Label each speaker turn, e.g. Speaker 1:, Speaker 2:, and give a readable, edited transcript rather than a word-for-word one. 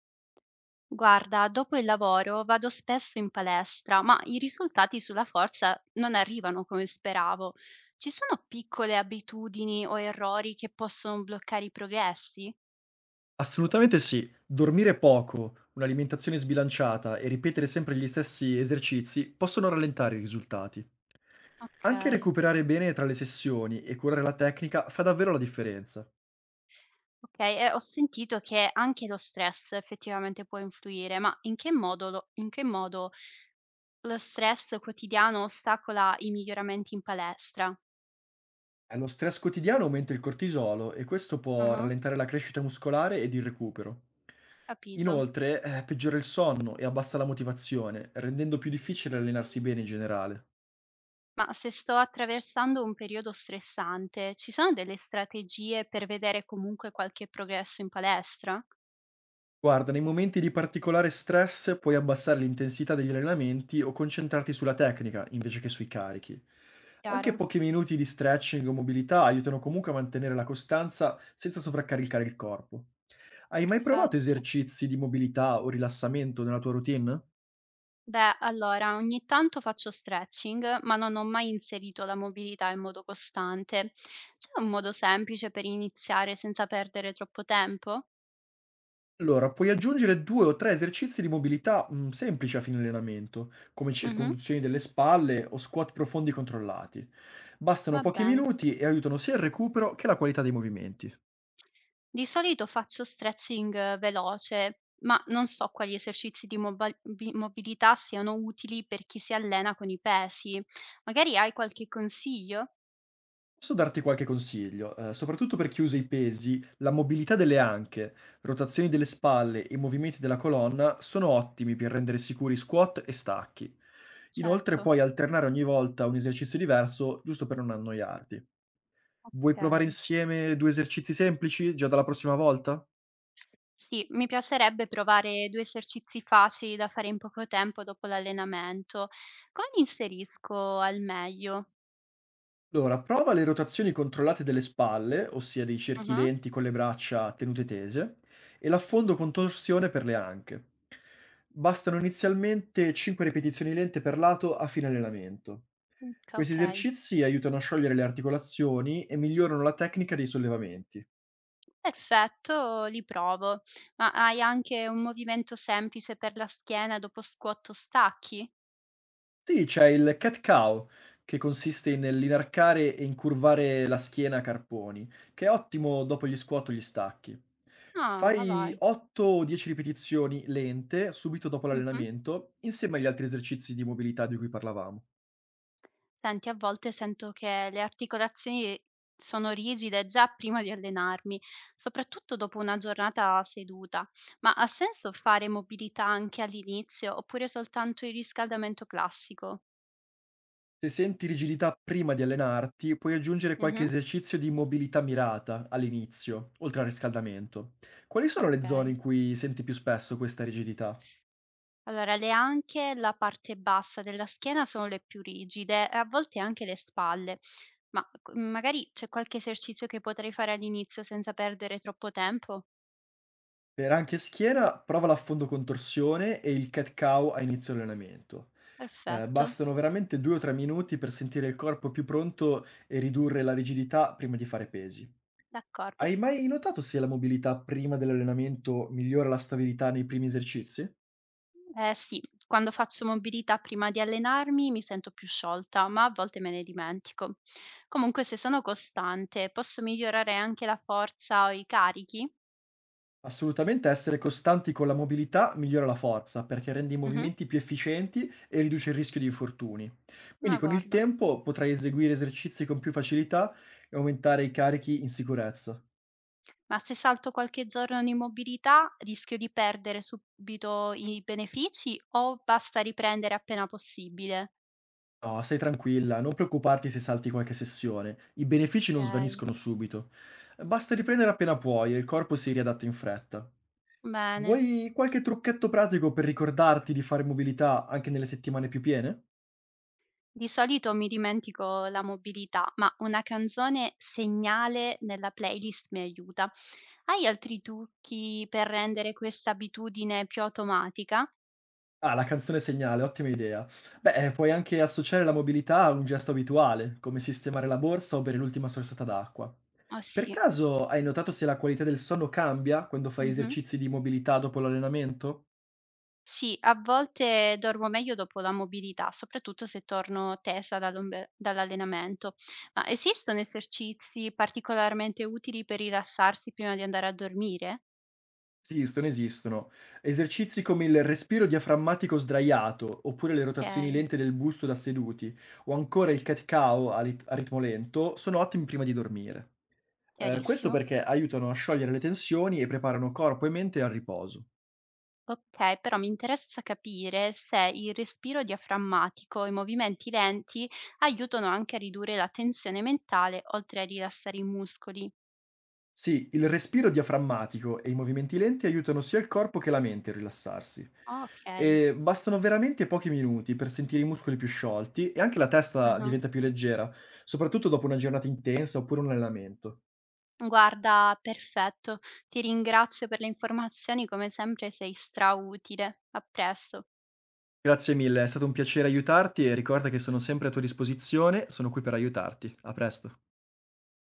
Speaker 1: Guarda, dopo il lavoro vado spesso in palestra, ma i risultati sulla forza non arrivano come speravo. Ci sono piccole abitudini o errori che possono bloccare i progressi?
Speaker 2: Assolutamente sì. Dormire poco, un'alimentazione sbilanciata e ripetere sempre gli stessi esercizi possono rallentare i risultati. Anche
Speaker 1: Ok,
Speaker 2: recuperare bene tra le sessioni e curare la tecnica fa davvero la differenza.
Speaker 1: ok, e ho sentito che anche lo stress effettivamente può influire, ma in che modo lo stress quotidiano ostacola i miglioramenti in palestra?
Speaker 2: Lo stress quotidiano aumenta il cortisolo e questo può
Speaker 1: Ah,
Speaker 2: rallentare la crescita muscolare ed il recupero.
Speaker 1: capito.
Speaker 2: Inoltre, peggiora il sonno e abbassa la motivazione, rendendo più difficile allenarsi bene in generale.
Speaker 1: Ma se sto attraversando un periodo stressante, ci sono delle strategie per vedere comunque qualche progresso in palestra?
Speaker 2: Guarda, nei momenti di particolare stress puoi abbassare l'intensità degli allenamenti o concentrarti sulla tecnica invece che sui carichi. Anche
Speaker 1: Chiaro,
Speaker 2: pochi minuti di stretching o mobilità aiutano comunque a mantenere la costanza senza sovraccaricare il corpo. Hai mai provato
Speaker 1: perfetto.
Speaker 2: esercizi di mobilità o rilassamento nella tua routine?
Speaker 1: Beh, allora, ogni tanto faccio stretching, ma non ho mai inserito la mobilità in modo costante. C'è un modo semplice per iniziare senza perdere troppo tempo?
Speaker 2: Allora, puoi aggiungere due o tre esercizi di mobilità semplici a fine allenamento, come
Speaker 1: Mhm,
Speaker 2: circonduzioni delle spalle o squat profondi controllati. Bastano
Speaker 1: va
Speaker 2: pochi
Speaker 1: bene.
Speaker 2: minuti e aiutano sia il recupero che la qualità dei movimenti.
Speaker 1: Di solito faccio stretching veloce, ma non so quali esercizi di mobilità siano utili per chi si allena con i pesi. Magari hai qualche consiglio?
Speaker 2: Posso darti qualche consiglio, soprattutto per chi usa i pesi, la mobilità delle anche, rotazioni delle spalle e movimenti della colonna sono ottimi per rendere sicuri squat e stacchi. Inoltre
Speaker 1: Certo,
Speaker 2: puoi alternare ogni volta un esercizio diverso, giusto per non annoiarti. Vuoi
Speaker 1: ok.
Speaker 2: provare insieme 2 esercizi semplici già dalla prossima volta?
Speaker 1: Sì, mi piacerebbe provare due esercizi facili da fare in poco tempo dopo l'allenamento. Come li inserisco al meglio?
Speaker 2: Allora, prova le rotazioni controllate delle spalle, ossia dei cerchi
Speaker 1: Ah,
Speaker 2: lenti con le braccia tenute tese, e l'affondo con torsione per le anche. Bastano inizialmente 5 ripetizioni lente per lato a fine allenamento.
Speaker 1: ok,
Speaker 2: Questi
Speaker 1: ok.
Speaker 2: esercizi aiutano a sciogliere le articolazioni e migliorano la tecnica dei sollevamenti.
Speaker 1: Perfetto, li provo. Ma hai anche un movimento semplice per la schiena dopo squat o stacchi?
Speaker 2: Sì, c'è il cat cow, che consiste nell'inarcare e incurvare la schiena a carponi, che è ottimo dopo gli squat o gli stacchi.
Speaker 1: Ah, ma
Speaker 2: Fai
Speaker 1: vai.
Speaker 2: 8 o 10 ripetizioni lente subito dopo
Speaker 1: Mh-mh.
Speaker 2: l'allenamento, insieme agli altri esercizi di mobilità di cui parlavamo.
Speaker 1: Senti, a volte sento che le articolazioni sono rigide già prima di allenarmi, soprattutto dopo una giornata seduta. Ma ha senso fare mobilità anche all'inizio oppure soltanto il riscaldamento classico?
Speaker 2: Se senti rigidità prima di allenarti, puoi aggiungere qualche
Speaker 1: Mh-mh.
Speaker 2: esercizio di mobilità mirata all'inizio, oltre al riscaldamento. Quali sono le zone
Speaker 1: Okay.
Speaker 2: in cui senti più spesso questa rigidità?
Speaker 1: Allora, le anche e la parte bassa della schiena sono le più rigide e a volte anche le spalle, ma c magari c'è qualche esercizio che potrei fare all'inizio senza perdere troppo tempo?
Speaker 2: Per anche schiena, prova l'affondo con torsione e il cat cow a inizio allenamento.
Speaker 1: Perfetto,
Speaker 2: Bastano veramente 2 o 3 minuti per sentire il corpo più pronto e ridurre la rigidità prima di fare pesi.
Speaker 1: d'accordo.
Speaker 2: Hai mai notato se la mobilità prima dell'allenamento migliora la stabilità nei primi esercizi?
Speaker 1: Eh sì, quando faccio mobilità prima di allenarmi mi sento più sciolta, ma a volte me ne dimentico. Comunque, se sono costante, posso migliorare anche la forza o i carichi?
Speaker 2: Assolutamente essere costanti con la mobilità migliora la forza perché rende i
Speaker 1: Mhm,
Speaker 2: movimenti più efficienti e riduce il rischio di infortuni. Quindi
Speaker 1: ma
Speaker 2: con il
Speaker 1: guarda,
Speaker 2: tempo potrai eseguire esercizi con più facilità e aumentare i carichi in sicurezza.
Speaker 1: ma se salto qualche giorno di mobilità, rischio di perdere subito i benefici o basta riprendere appena possibile?
Speaker 2: No, stai tranquilla, non preoccuparti se salti qualche sessione. I benefici non
Speaker 1: Ok,
Speaker 2: svaniscono subito. Basta riprendere appena puoi e il corpo si riadatta in fretta.
Speaker 1: bene.
Speaker 2: Vuoi qualche trucchetto pratico per ricordarti di fare mobilità anche nelle settimane più piene?
Speaker 1: Di solito mi dimentico la mobilità, ma una canzone segnale nella playlist mi aiuta. Hai altri trucchi per rendere questa abitudine più automatica?
Speaker 2: Ah, la canzone segnale, ottima idea. Beh, puoi anche associare la mobilità a un gesto abituale, come sistemare la borsa o bere l'ultima sorsata d'acqua.
Speaker 1: Oh
Speaker 2: Per
Speaker 1: sì.
Speaker 2: caso hai notato se la qualità del sonno cambia quando fai
Speaker 1: Mh-mh.
Speaker 2: esercizi di mobilità dopo l'allenamento?
Speaker 1: Sì, a volte dormo meglio dopo la mobilità, soprattutto se torno tesa dall'allenamento. Ma esistono esercizi particolarmente utili per rilassarsi prima di andare a dormire?
Speaker 2: Esistono, esistono. Esercizi come il respiro diaframmatico sdraiato, oppure le rotazioni
Speaker 1: Okay,
Speaker 2: lente del busto da seduti, o ancora il cat cow a, a ritmo lento, sono ottimi prima di dormire. Questo
Speaker 1: chiarissimo.
Speaker 2: perché aiutano a sciogliere le tensioni e preparano corpo e mente al riposo.
Speaker 1: Okay, però mi interessa capire se il respiro diaframmatico e i movimenti lenti aiutano anche a ridurre la tensione mentale, oltre a rilassare i muscoli.
Speaker 2: Sì, il respiro diaframmatico e i movimenti lenti aiutano sia il corpo che la mente a rilassarsi.
Speaker 1: Okay.
Speaker 2: E bastano veramente pochi minuti per sentire i muscoli più sciolti e anche la testa
Speaker 1: Ah-ah.
Speaker 2: diventa più leggera, soprattutto dopo una giornata intensa oppure un allenamento.
Speaker 1: Guarda, perfetto. Ti ringrazio per le informazioni, come sempre sei strautile. A presto.
Speaker 2: Grazie mille, è stato un piacere aiutarti e ricorda che sono sempre a tua disposizione, sono qui per aiutarti. A presto.